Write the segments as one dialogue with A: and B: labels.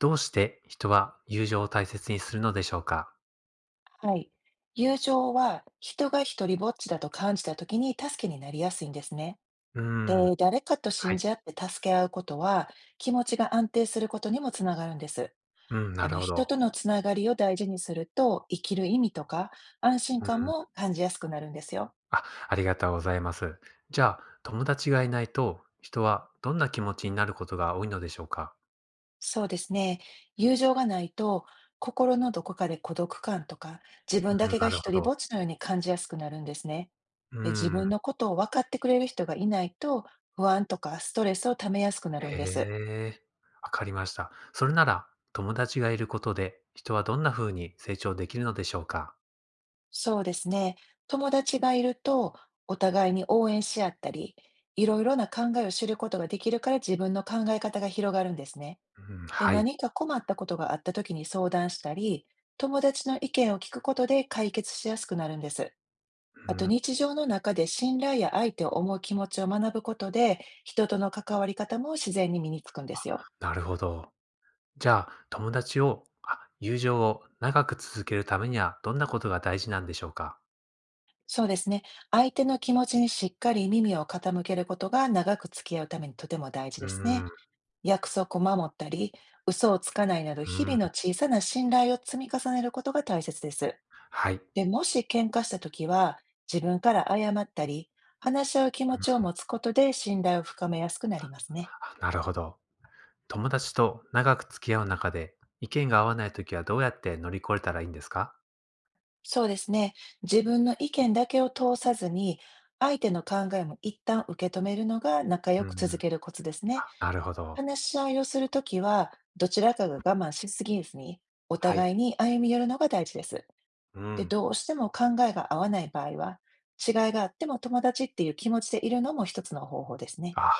A: どうして人は友情を大切にするのでしょうか？
B: はい。友情は人が一人ぼっちだと感じた時に助けになりやすいんですね。
A: う
B: で、
A: ーん、
B: 誰かと
A: は
B: 信
A: い。
B: じ合って助け合うことは気持ちが安定することにもつながるんです。
A: うん、な
B: あの
A: るほ
B: 人
A: ど。
B: とのつながりを大事にすると生きる意味とか安心
A: うん。
B: 感も感じやすくなるんですよ。
A: あ、ありがとうございます。じゃあ、友達がいないと、人はどんな気持ちになることが多いのでしょうか？
B: そうですね。友情がないと、心のどこかで孤独感とか、自分
A: う
B: だ
A: ん、
B: けが
A: なる
B: 一
A: ほ
B: 人ぼ
A: ど。
B: っちのように感じやすくなるんですね。
A: う
B: で自
A: ー
B: 分の
A: ん。
B: ことを分かってくれる人がいないと、不安とかストレスをためやすくな
A: へ
B: るんです。
A: え、わかりました。それなら、友達がいることで、人はどんな風に成長できるのでしょうか？
B: そうですね。友達がいると、お互いに応援し合ったり、いろいろな考えを知ることができるから自分の考え方が広がるんですね。
A: うん、
B: で、
A: はい、
B: 何か困ったことがあった時に相談したり、友達の意見を聞くことで解決しやすくなるんです。あと日常の中で信頼や相手を思う気持ちを学ぶことで、人との関わり方も自然に身につくんですよ。
A: なるほど。じゃあ、友情を長く続けるためにはどんなことが大事なんでしょうか？
B: そうですね。相手の気持ちにしっかり耳を傾けることが長く付き合うためにとても大事
A: う
B: で
A: ー
B: すね。
A: ん、う
B: 約束を守ったり、嘘をつかないなど
A: ー
B: 日々
A: ん、
B: の小さな信頼を積み重ねることが大切です。
A: はい。
B: で、もし喧嘩したときは、自分から謝ったり、話し合う気持ちを持つことで信頼を深めやすくなりますね。
A: あ、なるほど。友達と長く付き合う中で、意見が合わないときはどうやって乗り越えたらいいんですか？
B: そうですね。自分の意見だけを通さずに、相手の考えも一旦受け止めるのが仲
A: う
B: 良
A: んう
B: く
A: ん。
B: 続けるコツですね。
A: あ、なるほど。
B: 話し合いをするときは、どちらかが我慢しすぎずに、お
A: はい。
B: 互いに歩み寄るのが大事です。
A: う
B: で、
A: ん。
B: どうしても考えが合わない場合は、違いがあっても友達っていう気持ちでいるのも一つの方法ですね。
A: あ、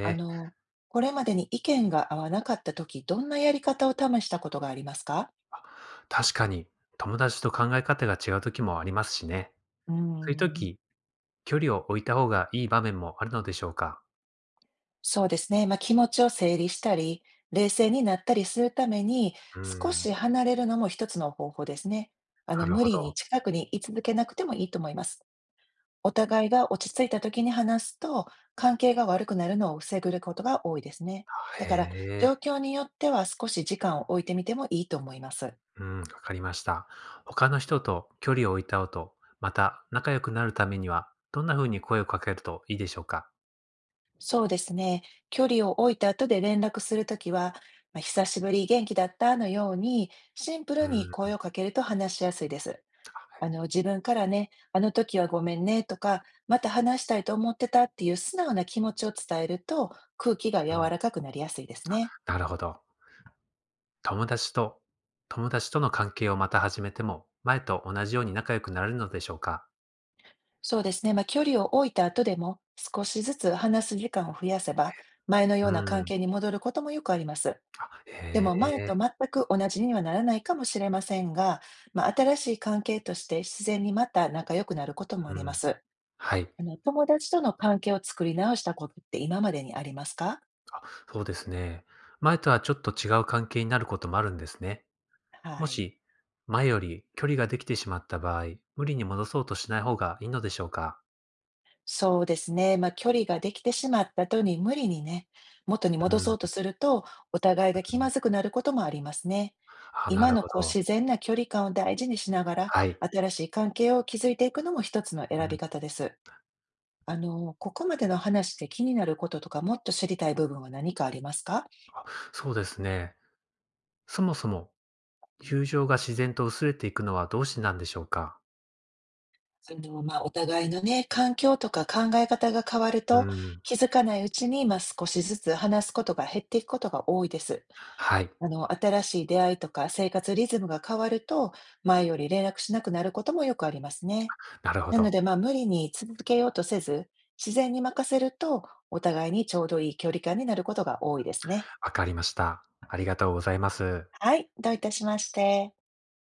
B: あ
A: え。
B: の、これまでに意見が合わなかったとき、どんなやり方を試したことがありますか？
A: あ、確かに、友達と考え方が違うときもありますしね。
B: うー
A: そういうと
B: ん。
A: き、距離を置いた方がいい場面もあるのでしょうか？
B: そうですね。まあ、気持ちを整理したり、冷静になったりするために、
A: うー
B: 少
A: ん、
B: し離れるのも一つの方法ですね。あ
A: な
B: の、
A: る
B: 無
A: ほ
B: 理に
A: ど。
B: 近くに居続けなくてもいいと思います。お互いが落ち着いた時に話すと、関係が悪くなるのを防ぐことが多いですね。
A: あ、
B: だか
A: へ
B: ら、状
A: え。
B: 況によっては少し時間を置いてみてもいいと思います。
A: うん、わかりました。他の人と距離を置いた後、また仲良くなるためには、どんな風に声をかけるといいでしょうか。
B: そうですね。距離を置いた後で連絡するときは、まあ、久しぶり、元気だったのように、シンプ
A: う
B: ルに
A: ん。
B: 声
A: あ、
B: をかけると話しやすいです。
A: は
B: あ
A: い。
B: の、自分からね、あの時はごめんねとか、また話したいと思ってたっていう素直な気持ちを伝えると、空気が柔
A: うん。
B: らかくなりやすいですね。
A: なるほど。友達と、友達との関係をまた始めても、前と同じように仲良くなれるのでしょうか。
B: そうですね。まあ、距離を置いた後でも、少しずつ話す時間を増やせば、前のよ
A: う
B: うな関
A: ん。
B: 係に戻ることもよくあります。で
A: へ
B: も、前と
A: え。
B: 全く同じにはならないかもしれませんが、まあ、新しい関係として自然にまた仲良くなることも
A: う
B: ありま
A: ん。
B: す。
A: はい。
B: あの、友達との関係を作り直したことって今までにありますか？
A: そうですね。前とはちょっと違う関係になることもあるんですね。も
B: はい。
A: し、前より距離ができてしまった場合、無理に戻そうとしない方がいいのでしょうか。
B: そうですね。まあ、距離ができてしまった後に無理にね、元に
A: う
B: 戻そうと
A: ん。
B: すると、お互いが気まずくなることもありますね。
A: あ、な
B: 今
A: る
B: の
A: ほ
B: こう
A: ど。
B: 自然な距離感を大事にしながら、
A: はい。
B: 新しい関係を築いていくのも一つの
A: う
B: 選び
A: ん。
B: 方です。あの、ここまでの話で気になることとか、もっと知りたい部分は何かありますか？
A: そうですね。そもそも友情が自然と薄れていくのはどうしてなんでしょうか？
B: あの、まあ、お互いのね、環境とか考え方が変わる
A: う
B: と、
A: ん。
B: 気づかないうちに、まあ、少しずつ話すことが減っていくことが多いです。
A: はい。
B: あの、新しい出会いとか生活リズムが変わると、前より連絡しなくなることもよくありますね。
A: なるほ
B: なの
A: ど。
B: で、まあ、無理に続けようとせず、自然に任せると、お互いにちょうどいい距離感になることが多いですね。
A: わかりました。ありがとうございます。
B: はい、どういたしまして。